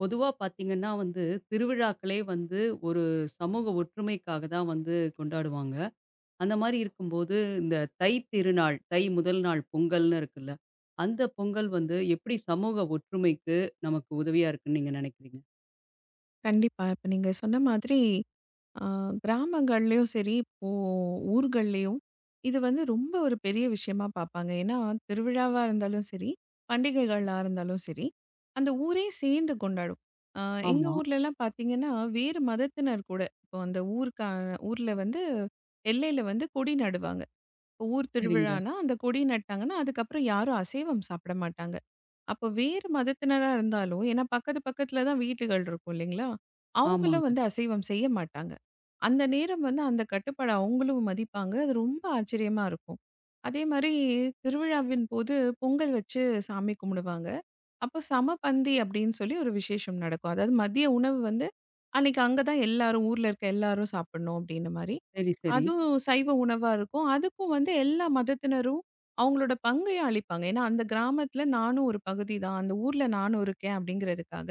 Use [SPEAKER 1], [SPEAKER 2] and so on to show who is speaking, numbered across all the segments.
[SPEAKER 1] பொதுவா பார்த்தீங்கன்னா வந்து, திருவிழாக்களே வந்து ஒரு சமூக ஒற்றுமைக்காக தான் வந்து கொண்டாடுவாங்க. அந்த மாரி இருக்கும்போது, இந்த தை திருநாள், தை முதல் நாள் பொங்கல்னு இருக்குல்ல, அந்த பொங்கல் வந்து எப்படி சமூக ஒற்றுமைக்கு நமக்கு உதவியா இருக்குன்னு நீங்க நினைக்கிறீங்க?
[SPEAKER 2] கண்டிப்பா. இப்ப நீங்க சொன்ன மாதிரி அ கிராமங்கள்லயும் சரி, இப்போ ஊர்கள்லயும் இது வந்து ரொம்ப ஒரு பெரிய விஷயமா பார்ப்பாங்க. ஏன்னா, திருவிழாவா இருந்தாலும் சரி, பண்டிகைகளா இருந்தாலும் சரி, அந்த ஊரே சேர்ந்து கொண்டாடும். அ எங்க
[SPEAKER 1] ஆமா.
[SPEAKER 2] ஊர்லலாம் பார்த்தீங்கன்னா, வேறு மதத்தினர் கூட இப்போ அந்த ஊருக்கா ஊர்ல வந்து எல்லையில வந்து கொடி நடுவாங்க. இப்போ ஊர்
[SPEAKER 1] சரிங்க.
[SPEAKER 2] திருவிழான்னா, அந்த கொடி நட்டாங்கன்னா, அதுக்கப்புறம் யாரும் அசைவம் சாப்பிட மாட்டாங்க. அப்ப வேறு மதத்தினரா இருந்தாலும் ஏன்னா பக்கத்து பக்கத்துல தான் வீடுகள் இருக்கும் இல்லைங்களா? அவங்களும்
[SPEAKER 1] ஆமாங்க.
[SPEAKER 2] வந்து அசைவம் செய்ய மாட்டாங்க. அந்த நேரம் வந்து அந்த கட்டுப்பாட அவங்களும் மதிப்பாங்க. அது ரொம்ப ஆச்சரியமா இருக்கும். அதே மாரி திருவிழாவின் போது பொங்கல் வச்சு சாமி கும்பிடுவாங்க. அப்போ சமபந்தி அப்படின்னு சொல்லி ஒரு விசேஷம் நடக்கும். அதாவது மதிய உணவு வந்து அன்னைக்கு அங்க தான் எல்லாரும் ஊர்ல இருக்க எல்லாரும் சாப்பிடணும் அப்படின்னு மாரி.
[SPEAKER 1] சரி, சரி.
[SPEAKER 2] அதுவும் சைவ உணவா இருக்கும். அதுக்கும் வந்து எல்லா மதத்தினரும் அவங்களோட பங்கையும் அளிப்பாங்க. ஏன்னா, அந்த கிராமத்தில நானும் ஒரு பகுதி தான். அந்த ஊர்ல நானும் இருக்கேன் அப்படிங்கிறதுக்காக,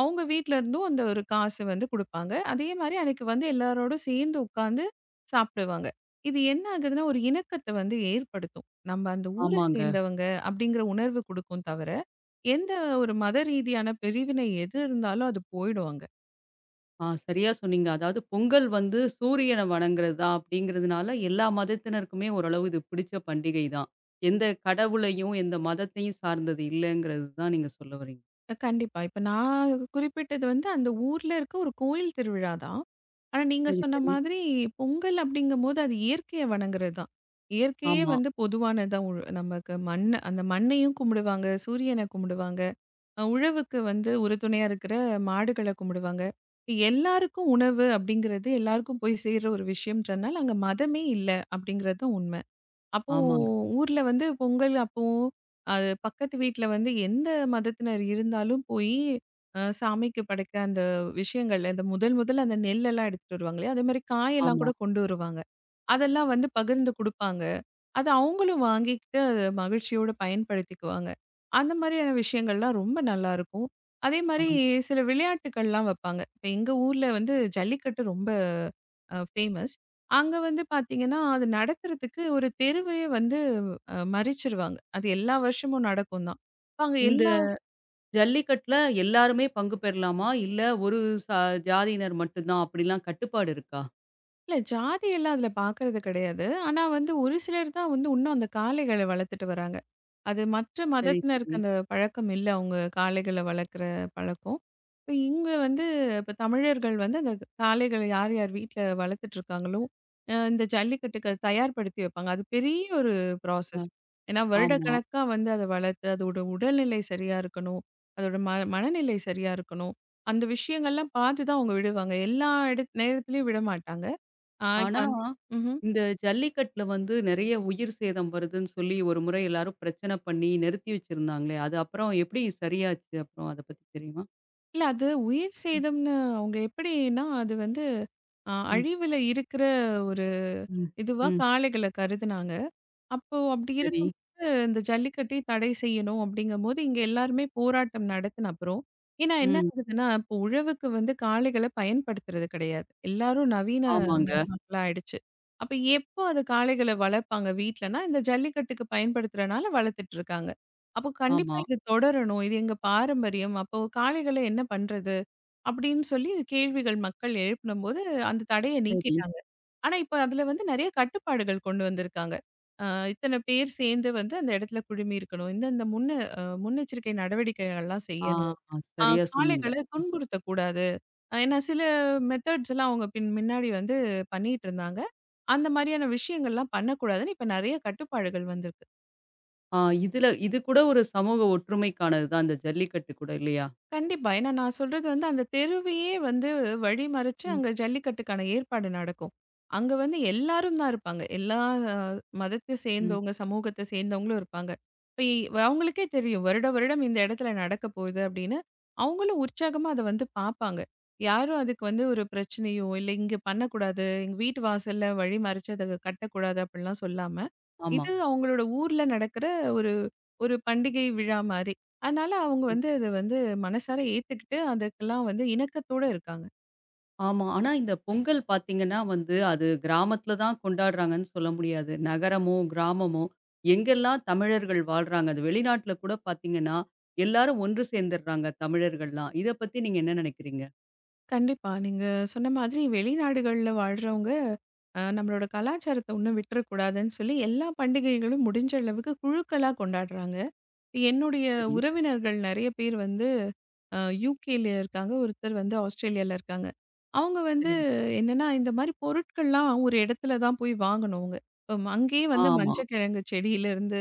[SPEAKER 2] அவங்க வீட்ல இருந்தும் அந்த ஒரு காசு வந்து குடுப்பாங்க. அதே மாரி அன்னைக்கு வந்து எல்லாரோடும் சேர்ந்து உட்கார்ந்து சாப்பிடுவாங்க. இது என்ன ஆகுதுன்னா, ஒரு இணக்கத்த வந்து ஏற்படுத்தும். நம்ம அந்த ஊர
[SPEAKER 1] ஆமாங்க.
[SPEAKER 2] சேர்ந்தவங்க அப்படிங்கிற உணர்வு குடுக்கும் தவிர, எந்த ஒரு மத ரீதியான பிரிவினை எது இருந்தாலும் அது போயிடும் அங்க.
[SPEAKER 1] ஆ சரியா சொன்னீங்க. அதாவது பொங்கல் வந்து சூரியன வணங்குறதா அப்படிங்கிறதுனால எல்லா மதத்தினருக்குமே ஓரளவு இது பிடிச்ச பண்டிகை தான். எந்த கடவுளையும், எந்த மதத்தையும் சார்ந்தது இல்லங்கிறது தான் நீங்க சொல்ல வரீங்க.
[SPEAKER 2] கண்டிப்பா. இப்ப நான் குறிப்பிட்டது வந்து அந்த ஊர்ல இருக்க ஒரு கோயில் திருவிழா தான். ஆனா நீங்க
[SPEAKER 1] சரி,
[SPEAKER 2] சொன்ன
[SPEAKER 1] சரி.
[SPEAKER 2] மாதிரி பொங்கல் அப்படிங்கும்போது அது இயற்கைய வணங்குறது தான். இயற்கையே
[SPEAKER 1] ஆமா.
[SPEAKER 2] வந்து பொதுவானதா நமக்கு அந்த மண்ணையும் கும்பிடுவாங்க, சூரியனை கும்பிடுவாங்க, உழவுக்கு வந்து உறுதுணையா இருக்கிற மாடுகள கும்பிடுவாங்க. இப்ப எல்லாருக்கும் உணவு அப்படிங்கிறது எல்லாருக்கும் போய் சேர்ற ஒரு விஷயம்ன்றனால அங்க மதமே இல்ல அப்படிங்கிறது தான் உண்மை. அப்போ
[SPEAKER 1] ஆமாங்க.
[SPEAKER 2] ஊர்ல வந்து பொங்கல் அப்போ அது பக்கத்து வீட்ல வந்து எந்த மதத்தினர் இருந்தாலும் போய் சாமிக்கு படைக்கிற அந்த விஷயங்கள் இந்த முதல் முதல்ல அந்த நெல்லெல்லாம் எடுத்துட்டு வருவாங்களே அதே மாதிரி காயெல்லாம்
[SPEAKER 1] ஆமா.
[SPEAKER 2] கூட கொண்டு வருவாங்க அதெல்லாம் வந்து பகிர்ந்து கொடுப்பாங்க அது அவங்களும் வாங்கிக்கிட்டு அதை மகிழ்ச்சியோட பயன்படுத்திக்குவாங்க அந்த மாதிரியான விஷயங்கள்லாம் ரொம்ப நல்லா இருக்கும். அதே
[SPEAKER 1] ஆ.
[SPEAKER 2] மாதிரி சில விளையாட்டுக்கள்லாம் வைப்பாங்க. இப்போ எங்க ஊர்ல வந்து ஜல்லிக்கட்டு ரொம்ப ஃபேமஸ். அங்க வந்து பார்த்தீங்கன்னா, அது நடத்துறதுக்கு ஒரு தெருவையே வந்து மறிச்சிருவாங்க. அது எல்லா வருஷமும் நடக்கும் தான். இப்ப அங்க
[SPEAKER 1] இந்த
[SPEAKER 2] எல்லா
[SPEAKER 1] ஜல்லிக்கட்டுல எல்லாருமே பங்கு பெறலாமா? இல்ல ஒரு ச ஜாதியினர் மட்டும் தான் அப்படிலாம் கட்டுப்பாடு இருக்கா?
[SPEAKER 2] இல்ல ஜாதியெல்லாம் அதுல பார்க்கறது கிடையாது. ஆனா வந்து ஒரு சிலர் தான் வந்து இன்னும் அந்த காளைகள வளர்த்துட்டு வராங்க. அது மற்ற
[SPEAKER 1] சரி,
[SPEAKER 2] மதத்தினருக்கு
[SPEAKER 1] சரி.
[SPEAKER 2] அந்த பழக்கம் இல்ல. அவங்க காளைகள வளர்க்குற பழக்கம். இப்ப இங்க வந்து இப்ப தமிழர்கள் வந்து அந்த காளைகள யார் யார் வீட்ல வளர்த்துட்டு இருக்காங்களோ, இந்த ஜல்லிக்கட்டுக்கு அத தயார்படுத்தி வைப்பாங்க. அது பெரிய ஒரு
[SPEAKER 1] அ.
[SPEAKER 2] ப்ராசஸ். ஏன்னா
[SPEAKER 1] ஆமா.
[SPEAKER 2] வருடக்கணக்கா வந்து அத வளர்த்து அதோட உடல்நிலை சரியா இருக்கணும். அதோட மனநிலை சரியா இருக்கணும். அந்த விஷயங்கள்லாம் பார்த்து தான் அவங்க விடுவாங்க. எல்லா நேரத்திலயும் விடமாட்டாங்க. ஆ இப்ப
[SPEAKER 1] ஆனா,
[SPEAKER 2] அந் ம்ஹ்ம்.
[SPEAKER 1] இந்த ஜல்லிக்கட்டுல வந்து நெறைய உயிர் சேதம் வருதுன்னு சொல்லி ஒரு முறை எல்லாரும் பிரச்சனை பண்ணி நிறுத்தி வச்சிருந்தாங்களே! அது அப்புறம் எப்படி சரியாச்சு அப்புறம் அத பத்தி தெரியுமா?
[SPEAKER 2] இல்ல அது உயிர்
[SPEAKER 1] ம்,
[SPEAKER 2] சேதம்னு அவங்க எப்படின்னா, அது வந்து
[SPEAKER 1] ம்,
[SPEAKER 2] அழிவுல இருக்கிற ஒரு
[SPEAKER 1] ம்.
[SPEAKER 2] இதுவா
[SPEAKER 1] ம்,
[SPEAKER 2] காளைகள கருதுனாங்க. அப்போ அப்படி
[SPEAKER 1] சரி.
[SPEAKER 2] இருக்கும்போது, இந்த ஜல்லிக்கட்டை தடை செய்யணும் அப்படிங்கும்போது, இங்க எல்லாருமே போராட்டம் நடத்தின அப்புறம், ஏன்னா என்ன
[SPEAKER 1] ம்.
[SPEAKER 2] ஆகுதுன்னா, இப்போ உழவுக்கு வந்து காளைகள பயன்படுத்துறது கிடையாது. எல்லாரும் நவீன
[SPEAKER 1] ஆமாங்க.
[SPEAKER 2] மயமாக்கலா ஆயிடுச்சு. அப்ப எப்போ அது காளைகள வளர்ப்பாங்க வீட்லன்னா, இந்த ஜல்லிக்கட்டுக்கு பயன்படுத்துறனால வளர்த்துட்டு இருக்காங்க. அப்போ கண்டிப்பா
[SPEAKER 1] ஆமா.
[SPEAKER 2] இது தொடரணும். இது எங்க பாரம்பரியம். அப்போ காளைகள என்ன பண்றது? அப்படின்னு சொல்லி கேள்விகள் மக்கள் எழுப்புனம்போது, அந்த தடைய
[SPEAKER 1] சரி.
[SPEAKER 2] நீக்கிட்டாங்க. ஆனா, இப்ப அதுல வந்து நெறைய கட்டுப்பாடுகள் கொண்டு வந்திருக்காங்க. அ இத்தன பேர் சேர்ந்து வந்து அந்த இடத்துல குழுமி இருக்கணும். இந்தந்த முன்னெச்சரிக்கை நடவடிக்கைகள்லாம்
[SPEAKER 1] ஆ,
[SPEAKER 2] செய்யணும்.
[SPEAKER 1] ஆ.
[SPEAKER 2] அ
[SPEAKER 1] சரியா சொன்னீங்க.
[SPEAKER 2] காளைகள துன்புறுத்தக்கூடாது. ஏன்னா சில மெத்தட்ஸ் எல்லாம் அவங்க முன்னாடி வந்து பண்ணிட்டு இருந்தாங்க. அந்த மாரியான விஷயங்கள்லாம் பண்ணக்கூடாதுன்னு இப்ப நெறைய கட்டுப்பாடுகள் வந்திருக்கு.
[SPEAKER 1] ஆ இதுல இது கூட ஒரு சமூக ஒற்றுமைக்கானது தான் இந்த ஜல்லிக்கட்டு கூட இல்லையா?
[SPEAKER 2] கண்டிப்பா. ஏன்னா நான் சொல்றது வந்து அந்த தெருவையே வந்து வழிமறிச்சு
[SPEAKER 1] ம்,
[SPEAKER 2] அங்க ஜல்லிக்கட்டுக்கான ஏற்பாடு நடக்கும். அங்க வந்து எல்லாரும் தான் இருப்பாங்க. எல்லா மதத்த
[SPEAKER 1] ம்.
[SPEAKER 2] சேர்ந்தவங்க, சமூகத்த சேர்ந்தவங்களும் இருப்பாங்க. இப்ப அவங்களுக்கே தெரியும் வருட வருடம் இந்த இடத்துல நடக்க போகுது அப்படின்னு. அவங்களும் உற்சாகமா அத வந்து பார்ப்பாங்க. யாரும் அதுக்கு வந்து ஒரு பிரச்சனையோ, இல்ல இங்க பண்ணக்கூடாது, எங்க வீட்டு வாசல்ல வழி மறிச்சு அத கட்டக்கூடாது அப்படிலாம் சொல்லாம,
[SPEAKER 1] ஆமா.
[SPEAKER 2] இது அவங்களோட ஊர்ல நடக்கிற ஒரு ஒரு பண்டிகை விழா மாரி. அதனால அவங்க வந்து அத வந்து மனசார ஏத்துக்கிட்டு, அதுக்கெல்லாம் வந்து இணக்கத்தோட இருக்காங்க.
[SPEAKER 1] ஆமா. ஆனா இந்த பொங்கல் பார்த்தீங்கன்னா வந்து, அது கிராமத்தில தான் கொண்டாடுறாங்கன்னு சொல்ல முடியாது. நகரமோ, கிராமமோ எங்கெல்லாம் தமிழர்கள் வாழ்றாங்க. அது வெளிநாட்டில கூட பார்த்தீங்கன்னா, எல்லாரும் ஒன்று சேர்ந்துடுறாங்க தமிழர்கள்லாம். இத பத்தி நீங்க என்ன நினைக்கிறீங்க?
[SPEAKER 2] கண்டிப்பா. நீங்க சொன்ன மாதிரி வெளிநாடுகள்ல வாழ்றவங்க, நம்மளோட கலாச்சாரத்த ஒண்ணும் விட்டுறக்கூடாதுன்னு சொல்லி எல்லா பண்டிகைகளும் முடிஞ்ச அளவுக்கு குழுக்களா கொண்டாடுறாங்க. இப்ப என்னுடைய
[SPEAKER 1] சரி,
[SPEAKER 2] உறவினர்கள் நெறைய பேர் வந்து அ யுகேல இருக்காங்க. ஒருத்தர் வந்து ஆஸ்திரேலியால இருக்காங்க. அவங்க வந்து
[SPEAKER 1] சரிங்க.
[SPEAKER 2] என்னன்னா, இந்த மாரி பொருட்கள்லாம் ஒரு இடத்துல தான் போய் வாங்கணும் அவங்க. இப்போ அங்கேயே வந்து
[SPEAKER 1] ஆமா.
[SPEAKER 2] மஞ்சள் கிழங்கு செடியிலருந்து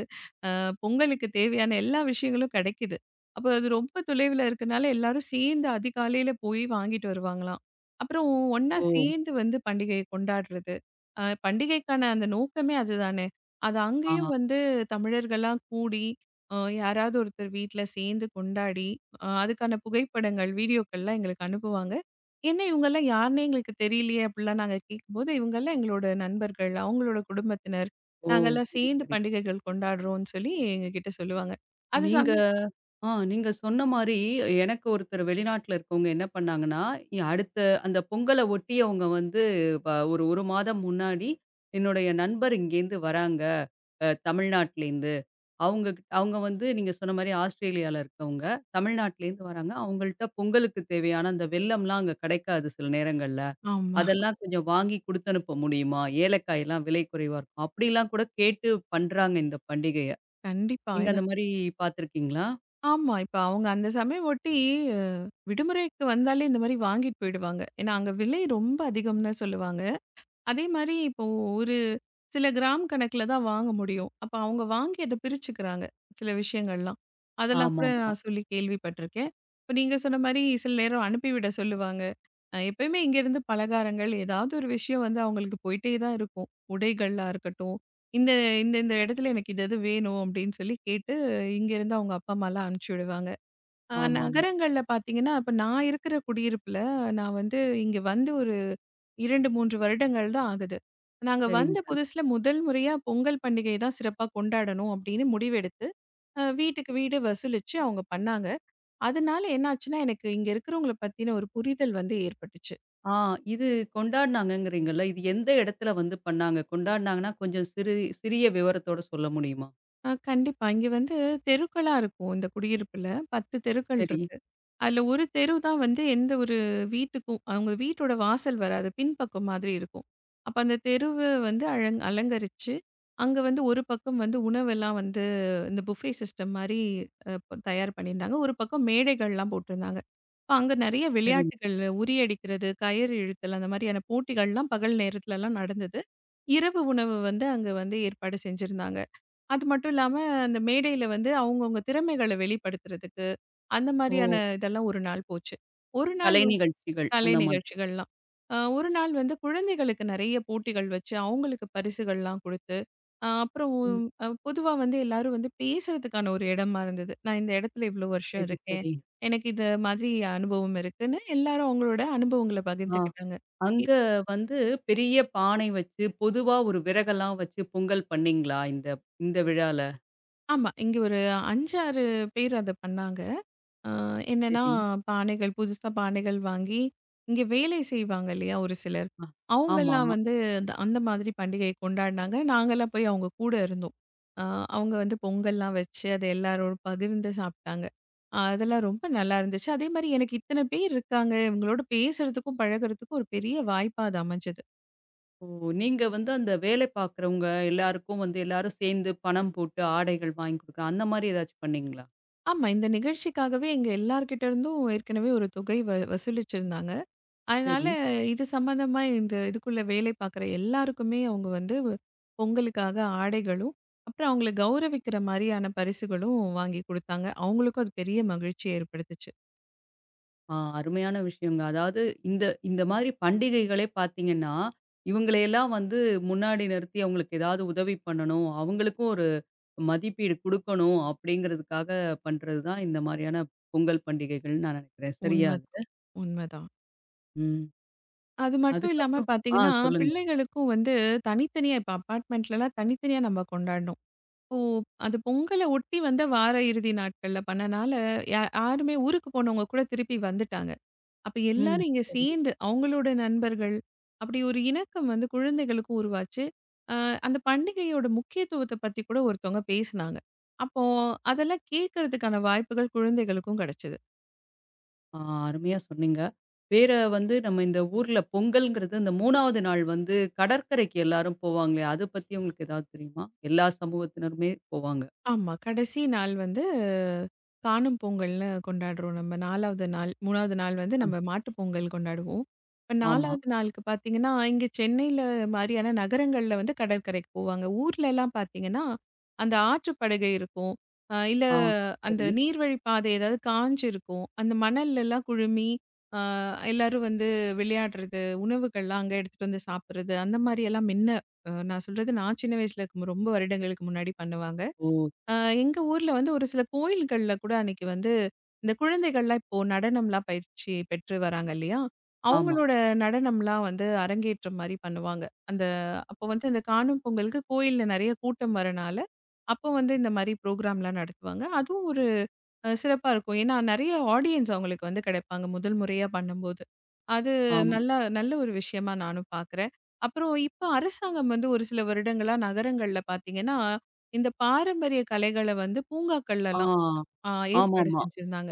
[SPEAKER 2] பொங்கலுக்கு தேவையான எல்லா விஷயங்களும் கிடைக்குது. அப்போ அது ரொம்ப தொலைவுல இருக்கனால எல்லாரும் சேர்ந்து அதிகாலையில போய் வாங்கிட்டு வருவாங்களாம். அப்புறம் ஒண்ணா
[SPEAKER 1] ஓ!
[SPEAKER 2] சேர்ந்து வந்து பண்டிகையை கொண்டாடுறது. பண்டிகைக்கான அந்த நோக்கமே அதுதானே! அது
[SPEAKER 1] ஆ.
[SPEAKER 2] அங்கேயும் வந்து தமிழர்கள்லாம் கூடி அ யாராவது ஒருத்தர் வீட்ல சேர்ந்து கொண்டாடி, அதுக்கான புகைப்படங்கள், வீடியோக்கள்லாம் எங்களுக்கு அனுப்புவாங்க. என்ன இவங்கலாம் யாருன்னே எங்களுக்கு தெரியலையே! அப்பிடிலாம் நாங்க கேட்கும்போது, இவங்கலாம் எங்களோட நண்பர்கள், அவுங்களோட குடும்பத்தினர்.
[SPEAKER 1] ஓ!
[SPEAKER 2] நாங்கெல்லாம்
[SPEAKER 1] சரி,
[SPEAKER 2] சேர்ந்து
[SPEAKER 1] சரி.
[SPEAKER 2] பண்டிகைகள் கொண்டாடுறோம்ன்னு சொல்லி எங்ககிட்ட சொல்லுவாங்க. அது
[SPEAKER 1] நீங்க
[SPEAKER 2] சந்த
[SPEAKER 1] ஆ நீங்க சொன்ன மாரி எனக்கு ஒருத்தர் வெளிநாட்டில இருக்கவங்க என்ன பண்ணாங்கன்னா, அடுத்த அந்த பொங்கல ஒட்டி அவங்க வந்து வ ஒரு 1 மாதம் முன்னாடி என்னுடைய நண்பர் இங்கேருந்து வராங்க. அ தமிழ்நாட்டிலேருந்து. அவங்க வந்து நீங்க சொன்ன மாரி ஆஸ்திரேலியால இருக்கவங்க. தமிழ்நாட்டிலேருந்து வராங்க. அவங்கள்ட்ட பொங்கலுக்கு தேவையான அந்த வெல்லம்லாம் அங்க கிடைக்காது சில நேரங்கள்ல.
[SPEAKER 2] ஆமா.
[SPEAKER 1] அதெல்லாம் கொஞ்சம் வாங்கி குடுத்தனுப்ப முடியுமா? ஏலக்காயெல்லாம் விலை குறைவா இருக்கும். அப்படிலாம் கூட கேட்டு பண்றாங்க இந்த பண்டிகைய.
[SPEAKER 2] கண்டிப்பா.
[SPEAKER 1] நீங்க அந்த மாரி பார்த்துருக்கீங்களா?
[SPEAKER 2] ஆமா. இப்ப அவங்க அந்த சமயம் ஒட்டி அ விடுமுறைக்கு வந்தாலே இந்த மாரி வாங்கிட்டு போயிடுவாங்க. ஏன்னா அங்க விலை ரொம்ப அதிகம் தான் சொல்லுவாங்க. அதே மாரி இப்போ ஒரு சில கிராம் கணக்குல தான் வாங்க முடியும். அப்ப அவங்க வாங்கி அத பிரிச்சுக்கிறாங்க. சில விஷயங்கள்லாம். அதெல்லாம் கூட
[SPEAKER 1] ஆமாமா.
[SPEAKER 2] நான் சொல்லி கேள்விப்பட்டுருக்கேன். இப்ப நீங்க சொன்ன மாரி சில நேரம் அனுப்பிவிட சொல்லுவாங்க. எப்பயுமே இங்கேருந்து பலகாரங்கள், ஏதாவது ஒரு விஷயம் வந்து அவங்களுக்கு போயிட்டே தான் இருக்கும். உடைகளா இருக்கட்டும், இந்த இந்த இந்த இடத்துல எனக்கு இது இது வேணும் அப்படின்னு சொல்லி கேட்டு, இங்கேருந்து அவங்க அப்பா, அம்மாலாம் அனுப்பிச்சு விடுவாங்க.
[SPEAKER 1] ஆமாமா.
[SPEAKER 2] நகரங்கள்ல பார்த்தீங்கன்னா, இப்ப நான் இருக்கிற குடியிருப்புல நான் வந்து இங்க வந்து ஒரு 2, 3 வருடங்கள் தான் ஆகுது. நாங்க வந்த
[SPEAKER 1] சரிங்க.
[SPEAKER 2] புதுசுல முதல் முறையா பொங்கல் பண்டிகை தான் சிறப்பா கொண்டாடணும் அப்படின்னு முடிவெடுத்து, வீட்டுக்கு வீடு வசூலிச்சு அவங்க பண்ணாங்க. அதனால என்னாச்சுன்னா, எனக்கு இங்க இருக்கிறவங்கள பத்தின ஒரு புரிதல் வந்து ஏற்பட்டுச்சு.
[SPEAKER 1] ஆ இது கொண்டாடுனாங்கங்கிறீங்கல்ல. இது எந்த இடத்துல வந்து பண்ணாங்க? கொண்டாடுனாங்கன்னா கொஞ்சம் சிறிய விவரத்தோட சொல்ல முடியுமா?
[SPEAKER 2] கண்டிப்பா. இங்க வந்து தெருக்களா இருக்கும். இந்த குடியிருப்புல 10 தெருக்கள்
[SPEAKER 1] சரி.
[SPEAKER 2] இருக்கு. அதுல ஒரு தெரு தான் வந்து எந்த ஒரு வீட்டுக்கும் அவங்க வீட்டோட வாசல் வராது. பின்பக்கம் மாதிரி இருக்கும். அப்ப அந்த தெருவ வந்து அலங்கரிச்சு, அங்க வந்து ஒரு பக்கம் வந்து உணவெல்லாம் வந்து இந்த புஃபே சிஸ்டம் மாரி அ ப தயார் பண்ணியிருந்தாங்க. ஒரு பக்கம் மேடைகள்லாம் போட்டிருந்தாங்க. இப்ப அங்க நெறைய
[SPEAKER 1] சரி.
[SPEAKER 2] விளையாட்டுகள் உறியடிக்கிறது, கயிறு இழுத்தல் அந்த மாரியான போட்டிகள்லாம் பகல் நேரத்துலலாம் நடந்தது. இரவு உணவு வந்து அங்க வந்து ஏற்பாடு செஞ்சிருந்தாங்க. அது மட்டும் இல்லாம, அந்த மேடையில வந்து அவங்கவங்க திறமைகள வெளிப்படுத்துறதுக்கு, அந்த மாரியான
[SPEAKER 1] ஓ!
[SPEAKER 2] இதெல்லாம் ஒரு நாள் போச்சு. ஒரு நாள்
[SPEAKER 1] கலை
[SPEAKER 2] வந்து
[SPEAKER 1] நிகழ்ச்சிகள்
[SPEAKER 2] கலை
[SPEAKER 1] அந்த மாதிரி.
[SPEAKER 2] நிகழ்ச்சிகள்லாம். ஒரு நாள் வந்து குழந்தைகளுக்கு நெறைய போட்டிகள் வச்சு, அவங்களுக்கு பரிசுகள்லாம் குடுத்து, அ அப்புறம்
[SPEAKER 1] ம்.
[SPEAKER 2] அ பொதுவா வந்து எல்லாரும் வந்து பேசுறதுக்கான ஒரு இடமா இருந்தது. நான் இந்த இடத்துல இவ்ளோ வருஷம்
[SPEAKER 1] சரி,
[SPEAKER 2] இருக்கேன்.
[SPEAKER 1] சரி.
[SPEAKER 2] எனக்கு இந்த மாதிரி அனுபவம் இருக்குன்னு எல்லாரும் அவங்களோட அனுபவங்கள
[SPEAKER 1] ஆ.
[SPEAKER 2] பகிர்ந்துக்கிட்டாங்க. இ
[SPEAKER 1] அங்க வந்து பெரிய பானை வச்சு, பொதுவா ஒரு விறகெல்லாம் வச்சு பொங்கல் பண்ணீங்களா? இந்த இந்த விழால?
[SPEAKER 2] ஆமா. இங்க ஒரு 5, 6 பேர் அத பண்ணாங்க. ஆ, என்னன்னா
[SPEAKER 1] சரி.
[SPEAKER 2] புதுசா பானைகள் வாங்கி, இங்க வேலை செய்வாங்க இல்லையா ஒரு சிலர்.
[SPEAKER 1] அ. ஆமா.
[SPEAKER 2] அவங்கலாம் வந்து அந்த அந்த மாதிரி பண்டிகையை கொண்டாடுனாங்க. நாங்கலாம் போய் அவங்க கூட இருந்தோம். ஆ, அவங்க வந்து பொங்கல்லாம் வச்சு அத எல்லாரோட பகிர்ந்து சாப்ட்டாங்க. அதெல்லாம் ரொம்ப நல்லா இருந்துச்சு. அதேமாரி எனக்கு இத்தன பேர் இருக்காங்க. இவங்களோட பேசுறதுக்கும், பழகுறதுக்கும் ஒரு பெரிய வாய்ப்பா அது அமைஞ்சது.
[SPEAKER 1] ஓ! நீங்க வந்து அந்த வேலை பார்க்குறவங்க எல்லாருக்கும் வந்து எல்லாரும் சேர்ந்து பணம் போட்டு ஆடைகள் வாங்கி குடுக்க அந்த மாரி ஏதாச்சும் பண்ணீங்களா?
[SPEAKER 2] ஆமா. இந்த நிகழ்ச்சிக்காகவே எங்க எல்லார்கிட்ட இருந்தும் ஏற்கனவே ஒரு தொகை வசூலிச்சிருந்தாங்க. அதனால
[SPEAKER 1] சரி.
[SPEAKER 2] இது சம்பந்தமா இந்த இதுக்குள்ள வேலை பார்க்குற எல்லாருக்குமே அவங்க வந்து பொங்கலுக்காக ஆடைகளும், அப்புறம் அவங்கள கௌரவிக்கிற மாரியான பரிசுகளும் வாங்கி குடுத்தாங்க. அவங்களுக்கும் அது பெரிய மகிழ்ச்சிய ஏற்படுத்துச்சு.
[SPEAKER 1] ஆ அருமையான விஷயங்க. அதாவது இந்த இந்த மாதிரி பண்டிகைகளே பார்த்தீங்கன்னா, இவங்களையெல்லாம் வந்து முன்னாடி நிறுத்தி அவங்களுக்கு ஏதாவது உதவி பண்ணணும், அவங்களுக்கும் ஒரு மதிப்பீடு குடுக்கணும் அப்படிங்கிறதுக்காக பண்றது தான் இந்த மாதிரியான பொங்கல் பண்டிகைகள்னு நான் நினைக்கிறேன். சரியா
[SPEAKER 2] உண்மதான்,
[SPEAKER 1] அது?
[SPEAKER 2] உண்மதான்.
[SPEAKER 1] ம்.
[SPEAKER 2] அது மட்டும் இல்லாம
[SPEAKER 1] அதுக்கப்புறம் ஆ
[SPEAKER 2] பார்த்தீங்கன்னா,
[SPEAKER 1] சொல்லுங்க.
[SPEAKER 2] பிள்ளைகளுக்கும் வந்து தனித்தனியா இப்ப அபார்ட்மெண்ட்லலாம் தனித்தனியா நம்ம கொண்டாடினோம். இப்போ அது பொங்கல ஒட்டி வந்த வார இறுதி நாட்கள்ல பண்ணனால, யாருமே ஊருக்கு போனவங்க கூட திருப்பி வந்துட்டாங்க. அப்ப
[SPEAKER 1] ம்.
[SPEAKER 2] எல்லாரும் இங்க
[SPEAKER 1] சரிங்க.
[SPEAKER 2] சேர்ந்து அவங்களோட நண்பர்கள், அப்படி ஒரு இணக்கம் வந்து குழந்தைகளுக்கும் உருவாச்சு. அ அந்த பண்டிகையோட முக்கியத்துவத்த பத்தி கூட ஒருத்தவங்க பேசுனாங்க. அப்போ அதெல்லாம் கேட்கறதுக்கான வாய்ப்புகள் குழந்தைகளுக்கும் கிடைச்சது.
[SPEAKER 1] ஆ அருமையா சொன்னீங்க. வேற வந்து நம்ம இந்த ஊர்ல பொங்கல்ங்கிறது இந்த 3வது நாள் வந்து கடற்கரைக்கு எல்லாரும் போவாங்களே, அத பத்தி உங்களுக்கு ஏதாவது தெரியுமா? எல்லா சமூகத்தினருமே போவாங்க.
[SPEAKER 2] ஆமா. கடைசி நாள் வந்து காணும் பொங்கல்னு கொண்டாடுறோம் நம்ம. 4வது நாள் 3வது நாள் வந்து
[SPEAKER 1] ஆ
[SPEAKER 2] நம்ம மாட்டுப் பொங்கல் கொண்டாடுவோம். இப்ப
[SPEAKER 1] ஆமா.
[SPEAKER 2] 4வது நாளுக்கு பார்த்தீங்கன்னா, இங்க சென்னையில மாரியான நகரங்கள்ல வந்து கடற்கரைக்கு போவாங்க. ஊர்லலாம் பார்த்தீங்கன்னா, அந்த ஆற்றுப்படுகை இருக்கும். அ இல்ல
[SPEAKER 1] ஆ,
[SPEAKER 2] அந்த
[SPEAKER 1] சரி.
[SPEAKER 2] நீர்வழி பாதை ஏதாவது காஞ்சு இருக்கும். அந்த மணல்லலாம் குழுமி, அ எல்லாரும் வந்து விளையாடுறது, உணவுகள்லாம் அங்க எடுத்துட்டு வந்து சாப்பிடுறது, அந்த மாரியெல்லாம் மின்ன அ நான் சொல்றது நான் சின்ன வயசுல இருக்கும்போது ரொம்ப வருடங்களுக்கு முன்னாடி பண்ணுவாங்க.
[SPEAKER 1] ஓ!
[SPEAKER 2] அ எங்க ஊர்ல வந்து ஒரு சில கோயில்கள்ல கூட அன்னைக்கு வந்து இந்த குழந்தைகள்லாம் இப்போ நடனம்லாம் பயிற்சி பெற்று வராங்க இல்லையா?
[SPEAKER 1] ஆமா.
[SPEAKER 2] அவங்களோட நடனம்லாம் வந்து அரங்கேற்றம் மாரி பண்ணுவாங்க. அந்த அப்போ வந்து அந்த காணும் பொங்கலுக்கு கோயில்ல நெறைய கூட்டம் வரனால, அப்போ வந்து இந்த மாரி ப்ரோகிராம்லாம் நடத்துவாங்க. அதுவும் சிறப்பா இருக்கும். ஏன்னா நெறைய ஆடியன்ஸ் அவங்களுக்கு வந்து கிடைப்பாங்க, முதல் முறையா பண்ணும்போது. அது
[SPEAKER 1] ஆம்.
[SPEAKER 2] நல்ல நல்ல ஒரு விஷயமா நானும் பார்க்குறேன். அப்புறம் இப்ப அரசாங்கம் வந்து ஒரு சில வருடங்களா நகரங்கள்ல பார்த்தீங்கன்னா, இந்த பாரம்பரிய கலைகள வந்து
[SPEAKER 1] ஆ.
[SPEAKER 2] பூங்காக்கள்லலாம் அ ஏற்பாடு
[SPEAKER 1] ஆமாமா.
[SPEAKER 2] செஞ்சிருந்தாங்க.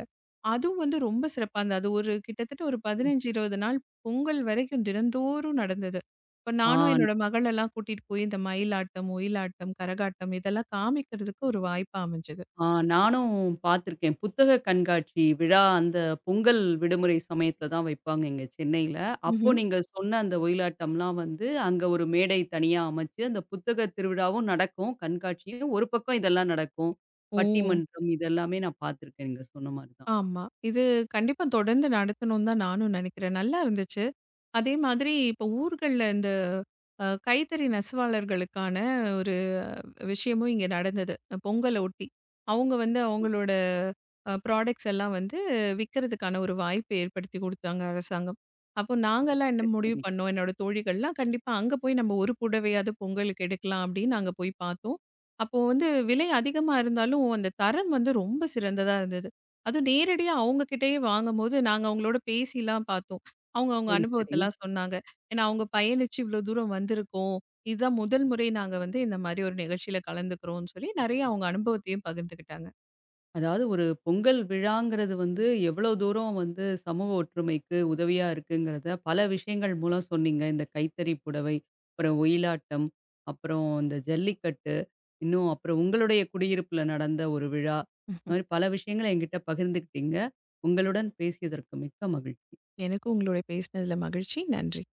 [SPEAKER 2] அதுவும் வந்து ரொம்ப சிறப்பா இருந்தது. அது ஒரு கிட்டத்தட்ட ஒரு 15, 20 நாள் பொங்கல் வரைக்கும் தினந்தோறும் நடந்தது. இப்ப நானும்
[SPEAKER 1] ஆ,
[SPEAKER 2] என்னோட மகளெல்லாம் கூட்டிட்டு போய் இந்த மயிலாட்டம், ஒயிலாட்டம், கரகாட்டம் இதெல்லாம் காமிக்கிறதுக்கு ஒரு வாய்ப்பா அமைஞ்சது.
[SPEAKER 1] ஆ நானும் பார்த்துருக்கேன். புத்தக கண்காட்சி விழா அந்த பொங்கல் விடுமுறை சமயத்துல தான் வைப்பாங்க இங்க சென்னையில. அப்போ
[SPEAKER 2] ம்ஹ்ம்.
[SPEAKER 1] நீங்க சொன்ன அந்த ஒயிலாட்டம்லாம் வந்து அங்க ஒரு மேடை தனியா அமைச்சு, அந்த புத்தக திருவிழாவும் நடக்கும், கண்காட்சியும். ஒரு பக்கம் இதெல்லாம் நடக்கும்.
[SPEAKER 2] ஓ!
[SPEAKER 1] பட்டிமன்றம் இதெல்லாமே நான் பார்த்துருக்கேன் நீங்க சொன்ன மாரி தான்.
[SPEAKER 2] ஆமா. இது கண்டிப்பா தொடர்ந்து நடத்தணும்னு தான் நானும் நினைக்கிறேன். நல்லா இருந்துச்சு. அதே மாதிரி இப்போ ஊர்கள்ல இந்த கைத்தறி நெசவாளர்களுக்கான ஒரு விஷயமும் இங்க நடந்தது. பொங்கல ஒட்டி. அவங்க வந்து அவங்களோட ப்ராடக்ட்ஸ் எல்லாம் வந்து விற்கிறதுக்கான ஒரு வாய்ப்பை ஏற்படுத்தி கொடுத்தாங்க அரசாங்கம். அப்போ நாங்கலாம் என்ன
[SPEAKER 1] சரி,
[SPEAKER 2] முடிவு
[SPEAKER 1] சரி.
[SPEAKER 2] பண்ணோம், என்னோட தோழிகள்லாம் கண்டிப்பா அங்க போய் நம்ம ஒரு புடவையாவது பொங்கலுக்கு எடுக்கலாம் அப்படின்னு நாங்க போய் பார்த்தோம். அப்போ வந்து விலை அதிகமா இருந்தாலும் அந்த தரம் வந்து ரொம்ப சிறந்ததா இருந்தது. அதுவும் நேரடியா அவங்க கிட்டயே வாங்கும்போது நாங்க அவங்களோட பேசிலாம் பார்த்தோம். அவங்க அவங்க
[SPEAKER 1] சரி, சரி.
[SPEAKER 2] அனுபவத்தெல்லாம் சொன்னாங்க. ஏன்னா அவங்க பயணிச்சு இவ்வளோ தூரம் வந்திருக்கோம். இதுதான் முதல் முறை நாங்க வந்து இந்த மாதிரி ஒரு நிகழ்ச்சியில கலந்துக்கிறோம்னு சொல்லி நெறைய அவங்க அனுபவத்தையும் பகிர்ந்துக்கிட்டாங்க.
[SPEAKER 1] அதாவது ஒரு பொங்கல் விழாங்கிறது வந்து எவ்வளோ தூரம் வந்து சமூக ஒற்றுமைக்கு உதவியா இருக்குங்கிறத பல விஷயங்கள் மூலம் சொன்னீங்க. இந்த கைத்தறி புடவை, அப்புறம் ஒயிலாட்டம், அப்புறம் இந்த ஜல்லிக்கட்டு, இன்னும் அப்புறம் உங்களுடைய குடியிருப்புல நடந்த ஒரு விழா. இந்த மாதிரி பல விஷயங்கள என்கிட்ட பகிர்ந்துக்கிட்டீங்க. உங்களுடன் பேசியதற்கு மிக்க மகிழ்ச்சி.
[SPEAKER 2] எனக்கும் உங்களோட பேசினதுல மகிழ்ச்சி. நன்றி.